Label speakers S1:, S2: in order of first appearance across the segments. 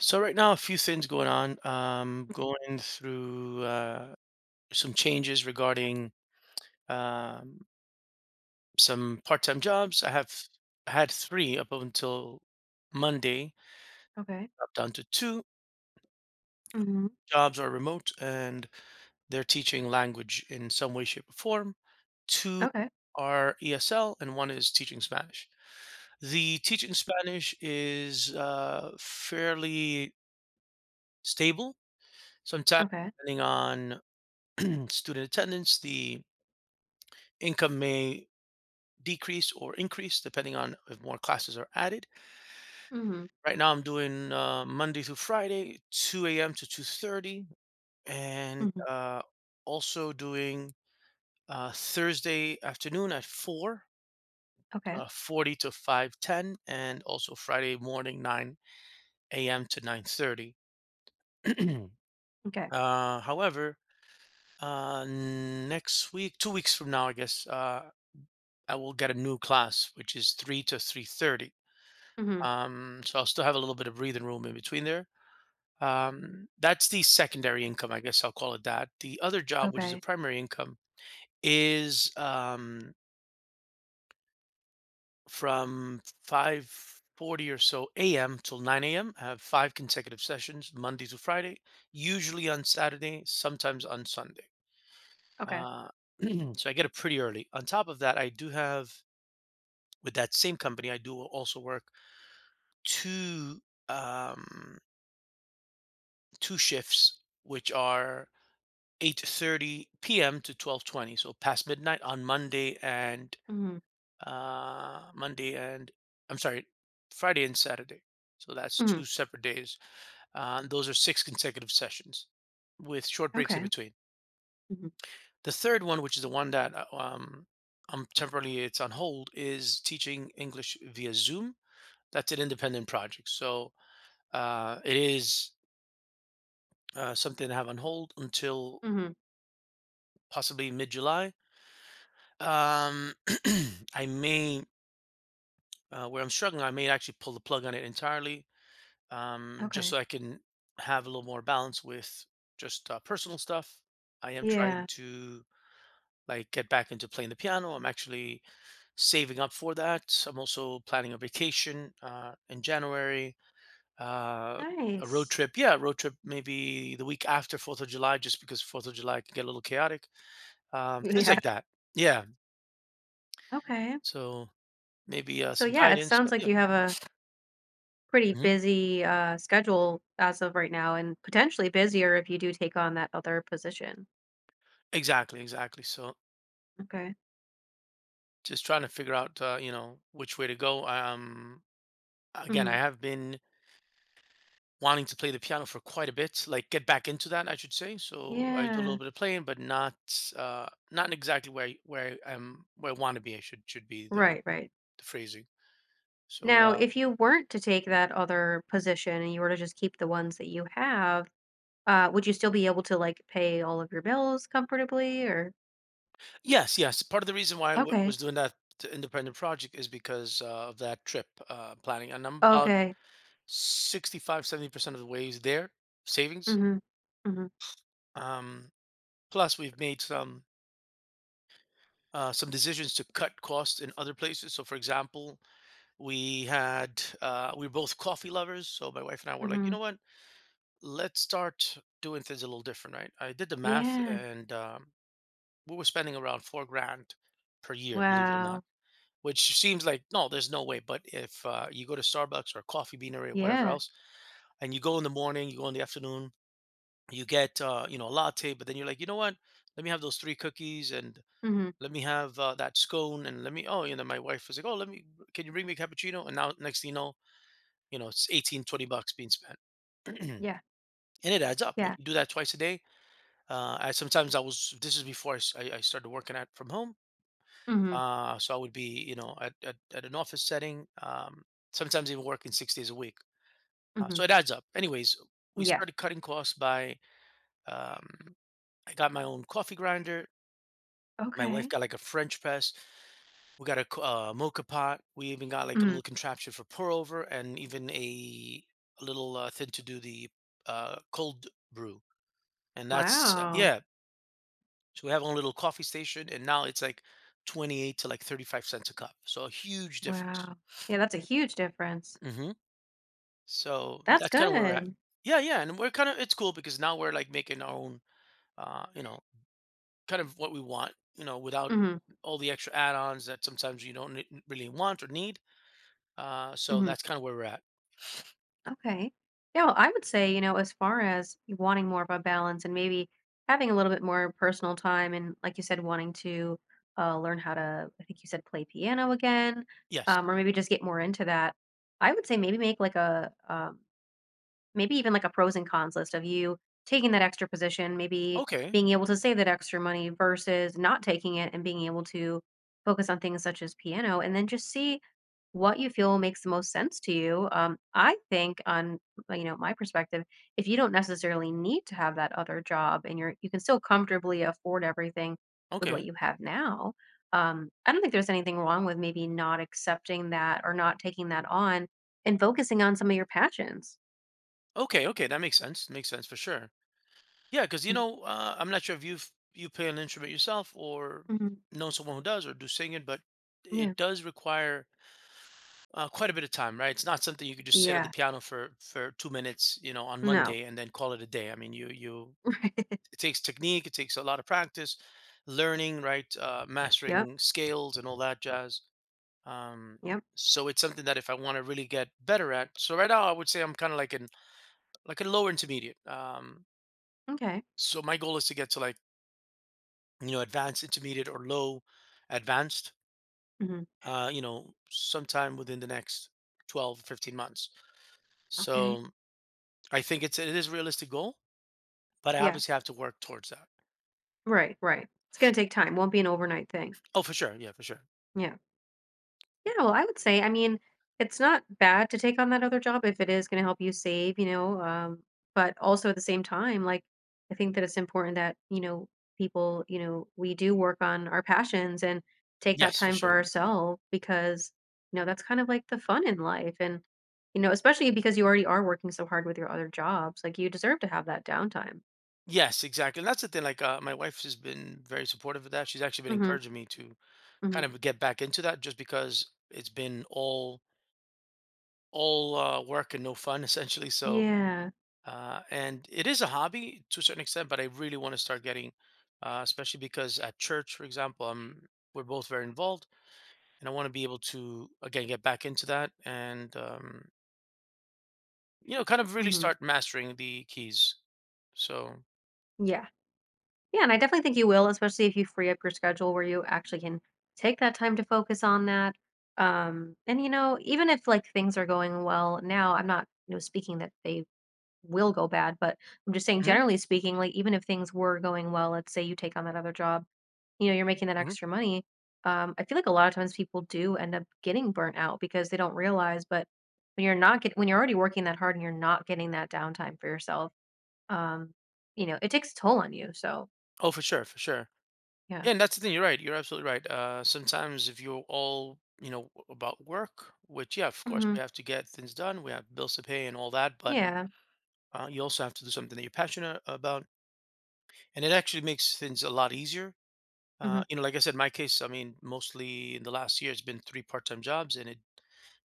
S1: So right now, a few things going on. Um,
S2: Mhm.
S1: going through some changes regarding um, some part-time jobs. I have had three up until Monday,
S2: Okay.
S1: up down to two
S2: Mhm.
S1: jobs are remote, and they're teaching language in some way, shape, or form. Two
S2: Okay.
S1: are ESL, and one is teaching Spanish. The teaching Spanish is fairly stable. Sometimes
S2: Okay.
S1: depending on student attendance, the income may decrease or increase depending on if more classes are added.
S2: Mhm.
S1: Right now, I'm doing Monday through Friday, 2 a.m. to 2:30, and
S2: Mhm.
S1: also doing Thursday afternoon at 4,
S2: Okay.
S1: 40 to 5:10, and also Friday morning 9 a.m. to 9:30.
S2: Okay.
S1: However, next week, 2 weeks from now, I guess. I will get a new class, which is 3 to 3:30.
S2: Mhm.
S1: So I'll still have a little bit of breathing room in between there. That's the secondary income, I guess I'll call it that. The other job, which is the
S2: Okay.
S1: primary income, is from 5:40 or so a.m. till nine a.m. I have five consecutive sessions, Monday to Friday, usually on Saturday, sometimes on Sunday.
S2: Okay.
S1: Uh, so I get up pretty early. On top of that, I do have with that same company, I do also work two um, two shifts, which are 8:30 p.m. to 12:20, so past midnight on Monday and
S2: Mhm.
S1: Monday and I'm sorry, Friday and Saturday. So that's
S2: Mhm.
S1: two separate days. Those are six consecutive sessions with short breaks in
S2: Okay.
S1: between.
S2: Mhm.
S1: The third one, which is the one that temporarily it's on hold, is teaching English via Zoom. That's an independent project, so it is something I have on hold until
S2: Mhm.
S1: possibly mid July. Um, I may, where I'm struggling, I may actually pull the plug on it entirely just
S2: Okay.
S1: so I can have a little more balance with just personal stuff. I am trying
S2: Yeah.
S1: to like get back into playing the piano. I'm actually saving up for that. I'm also planning a vacation in January, uh, a road
S2: Nice.
S1: trip. Yeah, road trip maybe the week after Fourth of July, just because Fourth of July can get a little chaotic. Things
S2: Yeah.
S1: like that. Yeah.
S2: Okay.
S1: So maybe
S2: So
S1: some
S2: yeah, it
S1: guidance. uh,
S2: sounds like
S1: yeah.
S2: you have a pretty
S1: Hmm.
S2: busy schedule as of right now, and potentially busier if you do take on that other position.
S1: Exactly. Exactly. So
S2: Okay.
S1: just trying to figure out, you know, which way to go. Again, I
S2: Mhm.
S1: have been wanting to play the piano for quite a bit, like get back into that, I should say. So I do a little
S2: Yeah.
S1: bit of playing, but not, not in exactly where I am, where I want to be. I should be the
S2: Right, right.
S1: the phrasing. So
S2: Now, if you weren't to take that other position and you were to just keep the ones that you have, would you still be able to, like, pay all of your bills comfortably, or
S1: yes, yes. Part of the reason why
S2: Okay.
S1: was doing that independent project is because of that trip planning, and I'm about
S2: Okay.
S1: 65 70% of the ways there savings.
S2: Mhm. Mhm.
S1: Um, plus we've made some some decisions to cut costs in other places. So for example, we had we are both coffee lovers, so my wife and I were like, you
S2: Mhm.
S1: know what, let's start doing things a little different. Right, I did the math,
S2: Yeah.
S1: and we were spending around 4 grand per year, believe it or not.
S2: Wow.
S1: Which seems like, no, there's no way. But if you go to Starbucks or Coffee Beanery or whatever
S2: Yeah.
S1: else, and you go in the morning, you go in the afternoon, you get you know, a latte. But then you're like, you know what? Let me have those three cookies, and
S2: Mhm.
S1: let me have that scone, and let me. Oh, you know, my wife was like, oh, let me. Can you bring me a cappuccino? And now next thing you know, it's 18, $20 being spent. And
S2: Yeah.
S1: it adds up if
S2: Yeah.
S1: you do that twice a day. I sometimes I was this is before I started working at from home,
S2: Mhm.
S1: so I would be you know at an office setting, sometimes even working 6 days a week. Uh,
S2: Mhm.
S1: so it adds up. Anyways, we
S2: Yeah.
S1: started cutting costs by um, I got my own coffee grinder. My wife
S2: Okay.
S1: got like a French press. We got a mocha pot. We even got like a
S2: Mhm.
S1: little contraption for pour over, and even a little thing to do the cold brew. And that's
S2: Wow.
S1: yeah. So we have our own little coffee station, and now it's like 28 to like 35 cents a cup. So a huge difference.
S2: Wow. Yeah, that's a huge difference.
S1: Hmm. So
S2: That's
S1: that's kind of where we're at.
S2: good.
S1: Yeah, yeah, and we're kind of it's cool because now we're like making our own, you know, kind of what we want, you know, without
S2: Mhm.
S1: all the extra add-ons that sometimes you don't ne- really want or need. So
S2: Mhm.
S1: that's kind of where we're at.
S2: Okay. Yeah, well, I would say, you know, as far as you wanting more of a balance and maybe having a little bit more personal time, and like you said, wanting to learn how to, I think you said, play piano again,
S1: Yes.
S2: or maybe just get more into that. I would say maybe make like a maybe even like a pros and cons list of you taking that extra position, maybe
S1: Okay.
S2: being able to save that extra money versus not taking it and being able to focus on things such as piano, and then just see what you feel makes the most sense to you. I think on you know, my perspective, if you don't necessarily need to have that other job and you can still comfortably afford everything with what
S1: Okay.
S2: you have now, I don't think there's anything wrong with maybe not accepting that or not taking that on and focusing on some of your passions.
S1: Okay. Okay. That makes sense. Makes sense for sure. Yeah, because you
S2: Mm-hmm.
S1: know, I'm not sure if you play an instrument yourself or
S2: Mhm.
S1: know someone who does or do singing, but
S2: Yeah.
S1: it does require quite a bit of time, right? It's not something you could just sit at the
S2: Yeah.
S1: piano for 2 minutes, you know, on
S2: No.
S1: Monday and then call it a day. I mean, you
S2: Right.
S1: it takes technique, it takes a lot of practice, learning, right,
S2: Yep.
S1: mastering scales and all that jazz. Um,
S2: Yep.
S1: so it's something that if I want to really get better at. So right now I would say I'm kind of like in like a lower intermediate. Um,
S2: Okay.
S1: so my goal is to get to like you know advanced intermediate or low advanced.
S2: Mhm.
S1: You know, sometime within the next 12 to 15 months.
S2: Okay.
S1: So I think it is a realistic goal, but I
S2: Yeah.
S1: obviously have to work towards that.
S2: Right. Right. It's gonna take time. Won't be an overnight thing.
S1: Oh, for sure. Yeah, for sure.
S2: Yeah. Yeah, well, I would say, I mean, it's not bad to take on that other job if it is going to help you save, you know. But also at the same time, like, I think that it's important that, you know, people, you know, we do work on our passions and take that
S1: Yes, for
S2: time for
S1: sure.
S2: ourselves, because, you know, that's kind of like the fun in life. And, you know, especially because you already are working so hard with your other jobs, like, you deserve to have that downtime.
S1: Yes, exactly. And that's the thing. Like, my wife has been very supportive of that. She's actually been
S2: Mm-hmm.
S1: encouraging me to
S2: Hmm.
S1: kind of get back into that just because it's been all work and no fun essentially. So
S2: Yeah.
S1: and it is a hobby to a certain extent, but I really want to start getting, especially because at church, for example, we're both very involved, and I want to be able to again get back into that and you know kind of really
S2: Hmm.
S1: start mastering the keys. So.
S2: Yeah. Yeah, and I definitely think you will, especially if you free up your schedule where you actually can take that time to focus on that. And you know, even if like things are going well now, I'm not, you know, speaking that they will go bad, but I'm just saying
S1: Mhm,
S2: generally speaking, like even if things were going well, let's say you take on that other job, you know, you're making that
S1: mhm.
S2: extra money. I feel like a lot of times people do end up getting burnt out because they don't realize, but when you're not get when you're already working that hard and you're not getting that downtime for yourself, um, you know, it takes a toll on you. So
S1: Oh, for sure, for sure.
S2: yeah.
S1: Yeah, and that's the thing. You're right. You're absolutely right. Sometimes if you're all, you know, about work, which, yeah, of course,
S2: Mhm.
S1: we have to get things done. We have bills to pay and all that. But
S2: Yeah.
S1: you also have to do something that you're passionate about. And it actually makes things a lot easier.
S2: Mhm.
S1: You know, like I said, my case, I mean, mostly in the last year, it's been three-part time jobs and it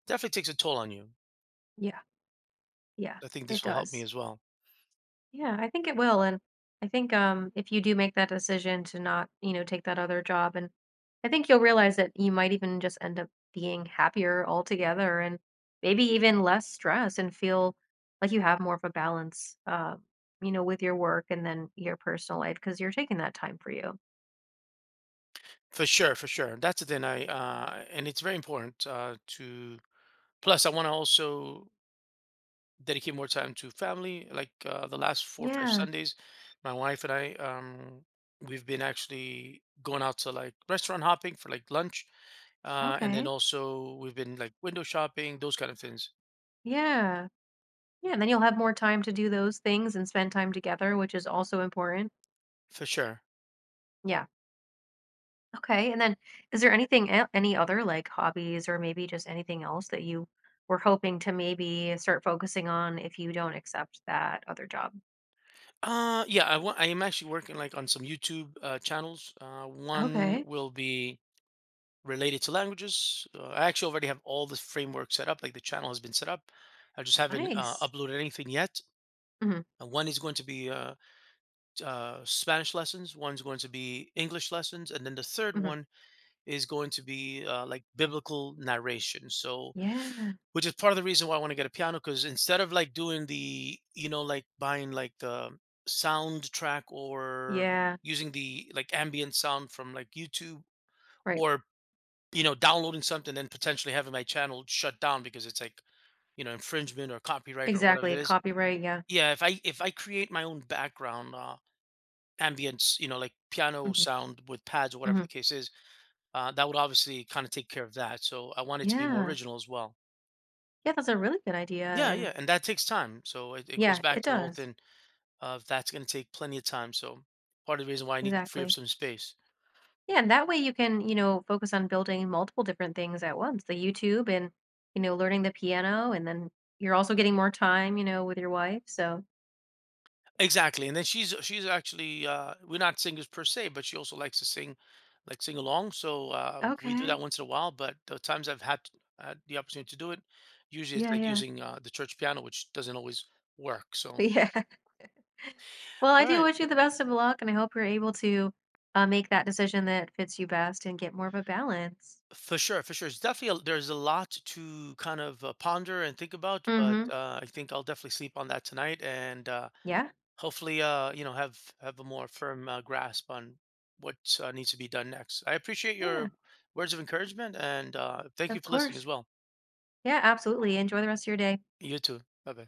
S1: definitely takes a toll on you.
S2: Yeah. Yeah.
S1: I think
S2: It
S1: this will help me
S2: does.
S1: as well.
S2: Yeah, I think it will. And I think if you do make that decision to not, you know, take that other job, and I think you'll realize that you might even just end up being happier altogether, and maybe even less stress, and feel like you have more of a balance you know, with your work and then your personal life, because you're taking that time for you.
S1: For sure, for sure. That's the thing. I and it's very important to. Plus, I want to also dedicate more time to family. Like the last four or five
S2: Yeah.
S1: Sundays, my wife and I, we've been actually going out to like restaurant hopping for like lunch, and then
S2: Okay.
S1: also we've been like window shopping, those kind of things
S2: Yeah. Yeah, and then you'll have more time to do those things and spend time together, which is also important.
S1: for sure.
S2: Yeah. Okay, and then is there anything el any other, like, hobbies, or maybe just anything else that you were hoping to maybe start focusing on if you don't accept that other job?
S1: Yeah, I am actually working like on some YouTube channels. One
S2: Okay,
S1: will be related to languages. I actually already have all the framework set up, like the channel has been set up. I just haven't
S2: nice.
S1: uploaded anything yet.
S2: Mhm,
S1: And one is going to be Spanish lessons, one's going to be English lessons, and then the third
S2: mhm.
S1: one is going to be like biblical narration. So,
S2: Yeah,
S1: which is part of the reason why I want to get a piano because instead of like doing the, you know, like buying like the soundtrack or
S2: yeah,
S1: using the like ambient sound from like YouTube
S2: right.
S1: or, you know, downloading something and potentially having my channel shut down because it's like, you know, infringement or copyright or whatever it
S2: Exactly,
S1: is.
S2: copyright, yeah.
S1: Yeah, if I create my own background, ambience, you know, like piano
S2: Mhm,
S1: sound with pads or whatever the
S2: mhm.
S1: case is, that would obviously kind of take care of that. So I want it to be more
S2: Yeah.
S1: original as well.
S2: Yeah, that's a really good idea,
S1: Yeah,
S2: and
S1: yeah, and that takes time. So it goes
S2: yeah,
S1: back
S2: it
S1: to the whole
S2: does.
S1: thing of that's going to take plenty of time. So part of the reason why I need to free up
S2: Exactly.
S1: some space.
S2: Yeah, and that way you can, you know, focus on building multiple different things at once, the YouTube and, you know, learning the piano, and then you're also getting more time, you know, with your wife. So,
S1: Exactly. And then she's actually we're not singers per se, but she also likes to sing, like sing along. So we do
S2: okay.
S1: that once in a while. But the times I've had the opportunity to do it, usually it's
S2: Yeah,
S1: like
S2: yeah.
S1: using the church piano, which doesn't always work. So
S2: Yeah. Well, I
S1: all
S2: do
S1: right.
S2: wish you the best of luck, and I hope you're able to make that decision that fits you best and get more of a balance.
S1: For sure, for sure. It's definitely there's a lot to kind of ponder and think about, but
S2: Mhm.
S1: I think I'll definitely sleep on that tonight and
S2: Yeah.
S1: hopefully, you know, have a more firm grasp on what needs to be done next. I appreciate
S2: Yeah.
S1: your words of encouragement and thank you
S2: Of
S1: for listening
S2: course.
S1: as well.
S2: Yeah, absolutely. Enjoy the rest of your day.
S1: You too. Bye bye.